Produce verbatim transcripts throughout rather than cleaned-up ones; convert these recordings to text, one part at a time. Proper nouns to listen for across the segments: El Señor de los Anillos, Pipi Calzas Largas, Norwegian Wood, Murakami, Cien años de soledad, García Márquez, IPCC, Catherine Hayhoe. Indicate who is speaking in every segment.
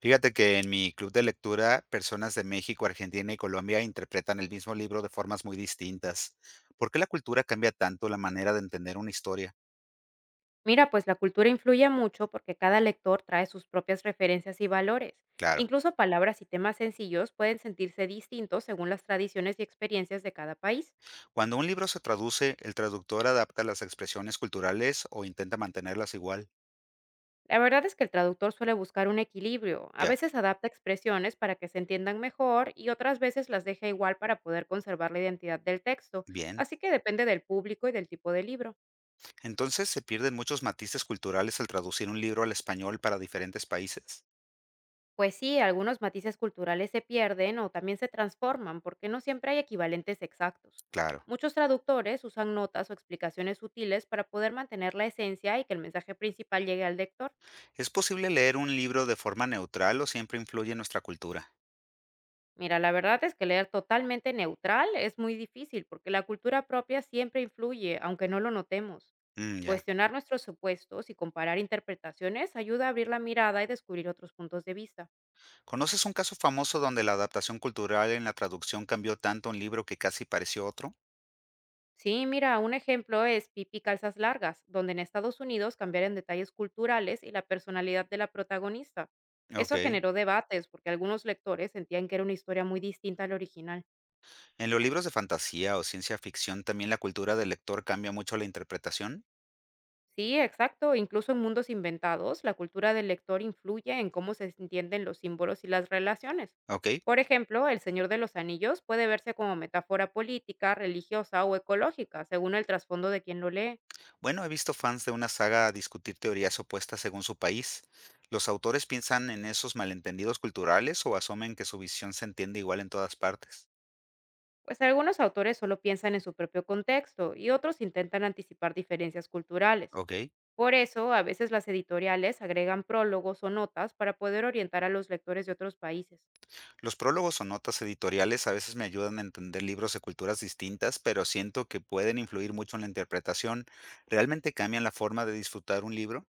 Speaker 1: Fíjate que en mi club de lectura, personas de México, Argentina y Colombia interpretan el mismo libro de formas muy distintas. ¿Por qué la cultura cambia tanto la manera de entender una historia?
Speaker 2: Mira, pues la cultura influye mucho porque cada lector trae sus propias referencias y valores.
Speaker 1: Claro,
Speaker 2: Incluso palabras y temas sencillos pueden sentirse distintos según las tradiciones y experiencias de cada país.
Speaker 1: cuando un libro se traduce, el traductor adapta las expresiones culturales o intenta mantenerlas igual.
Speaker 2: La verdad es que el traductor suele buscar un equilibrio, a
Speaker 1: Ya,
Speaker 2: veces adapta expresiones para que se entiendan mejor y otras veces las deja igual para poder conservar la identidad del texto,
Speaker 1: bien.
Speaker 2: así que depende del público y del tipo de libro.
Speaker 1: Entonces se pierden muchos matices culturales al traducir un libro al español para diferentes países.
Speaker 2: Pues sí, algunos matices culturales se pierden o también se transforman porque no siempre hay equivalentes exactos.
Speaker 1: Claro.
Speaker 2: Muchos traductores usan notas o explicaciones sutiles para poder mantener la esencia y que el mensaje principal llegue al lector.
Speaker 1: ¿Es posible leer un libro de forma neutral o siempre influye en nuestra cultura?
Speaker 2: Mira, la verdad es que leer totalmente neutral es muy difícil porque la cultura propia siempre influye, aunque no lo notemos.
Speaker 1: Mm, ya.
Speaker 2: Cuestionar nuestros supuestos y comparar interpretaciones ayuda a abrir la mirada y descubrir otros puntos de vista.
Speaker 1: ¿Conoces un caso famoso donde la adaptación cultural en la traducción cambió tanto un libro que casi pareció otro?
Speaker 2: Sí, mira, un ejemplo es Pipi Calzas Largas, donde en Estados Unidos cambiaron detalles culturales y la personalidad de la protagonista. Eso
Speaker 1: Ok.
Speaker 2: generó debates porque algunos lectores sentían que era una historia muy distinta al original.
Speaker 1: ¿En los libros de fantasía o ciencia ficción también la cultura del lector cambia mucho la interpretación?
Speaker 2: Sí, exacto, incluso en mundos inventados, la cultura del lector influye en cómo se entienden los símbolos y las relaciones.
Speaker 1: Ok.
Speaker 2: Por ejemplo, El Señor de los Anillos puede verse como metáfora política, religiosa o ecológica, según el trasfondo de quien lo lee.
Speaker 1: Bueno, he visto fans de una saga discutir teorías opuestas según su país. ¿Los autores piensan en esos malentendidos culturales o asumen que su visión se entiende igual en todas partes?
Speaker 2: Pues algunos autores solo piensan en su propio contexto y otros intentan anticipar diferencias culturales.
Speaker 1: Ok.
Speaker 2: Por eso, a veces las editoriales agregan prólogos o notas para poder orientar a los lectores de otros países.
Speaker 1: Los prólogos o notas editoriales a veces me ayudan a entender libros de culturas distintas, pero siento que pueden influir mucho en la interpretación. ¿Realmente cambian la forma de disfrutar un libro?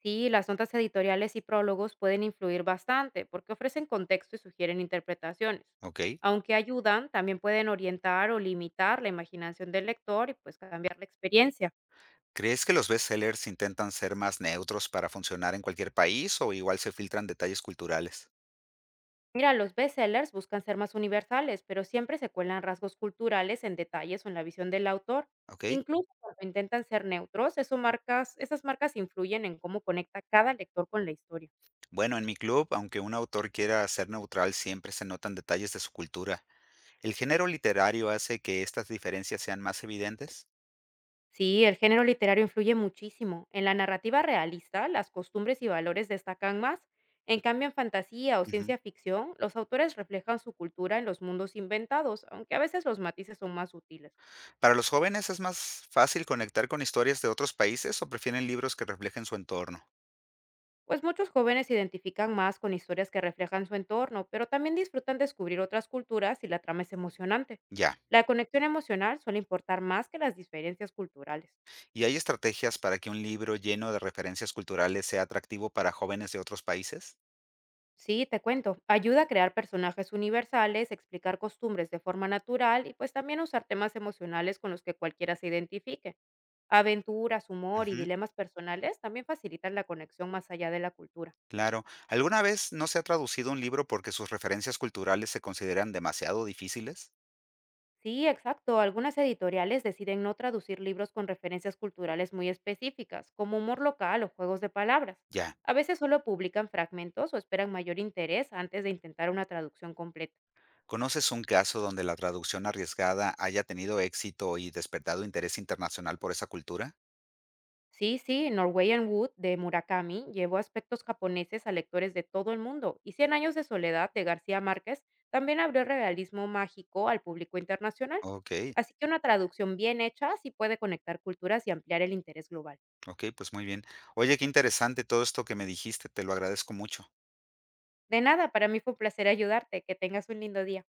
Speaker 2: Sí, las notas editoriales y prólogos pueden influir bastante porque ofrecen contexto y sugieren interpretaciones.
Speaker 1: ¿Ok?
Speaker 2: Aunque ayudan, también pueden orientar o limitar la imaginación del lector y pues cambiar la experiencia.
Speaker 1: ¿Crees que los bestsellers intentan ser más neutros para funcionar en cualquier país o igual se filtran detalles culturales?
Speaker 2: Mira, los bestsellers buscan ser más universales, pero siempre se cuelan rasgos culturales en detalles o en la visión del autor.
Speaker 1: ¿Ok?
Speaker 2: Incluso cuando intentan ser neutros, eso marcas, esas marcas influyen en cómo conecta cada lector con la historia.
Speaker 1: Bueno, en mi club, aunque un autor quiera ser neutral, siempre se notan detalles de su cultura. ¿El género literario hace que estas diferencias sean más evidentes?
Speaker 2: Sí, el género literario influye muchísimo. En la narrativa realista, las costumbres y valores destacan más. En cambio, en fantasía o
Speaker 1: Ujú.
Speaker 2: ciencia ficción, los autores reflejan su cultura en los mundos inventados, aunque a veces los matices son más sutiles.
Speaker 1: ¿Para los jóvenes es más fácil conectar con historias de otros países o prefieren libros que reflejen su entorno?
Speaker 2: Pues muchos jóvenes se identifican más con historias que reflejan su entorno, pero también disfrutan descubrir otras culturas si la trama es emocionante.
Speaker 1: Ya.
Speaker 2: La conexión emocional suele importar más que las diferencias culturales.
Speaker 1: ¿Y hay estrategias para que un libro lleno de referencias culturales sea atractivo para jóvenes de otros países?
Speaker 2: Sí, te cuento, ayuda a crear personajes universales, explicar costumbres de forma natural y pues también usar temas emocionales con los que cualquiera se identifique. Aventuras, humor y
Speaker 1: Ujú,
Speaker 2: dilemas personales también facilitan la conexión más allá de la cultura.
Speaker 1: claro. ¿Alguna vez no se ha traducido un libro porque sus referencias culturales se consideran demasiado difíciles?
Speaker 2: Sí, exacto. Algunas editoriales deciden no traducir libros con referencias culturales muy específicas, como humor local o juegos de palabras.
Speaker 1: Ya.
Speaker 2: A veces solo publican fragmentos o esperan mayor interés antes de intentar una traducción completa.
Speaker 1: ¿Conoces un caso donde la traducción arriesgada haya tenido éxito y despertado interés internacional por esa cultura?
Speaker 2: Sí, sí, Norwegian Wood de Murakami llevó aspectos japoneses a lectores de todo el mundo y Cien años de soledad de García Márquez también abrió realismo mágico al público internacional.
Speaker 1: Ok,
Speaker 2: Así que una traducción bien hecha sí puede conectar culturas y ampliar el interés global.
Speaker 1: ok, pues muy bien. Oye, qué interesante todo esto que me dijiste, te lo agradezco mucho.
Speaker 2: De nada, para mí fue un placer ayudarte. Que tengas un lindo día.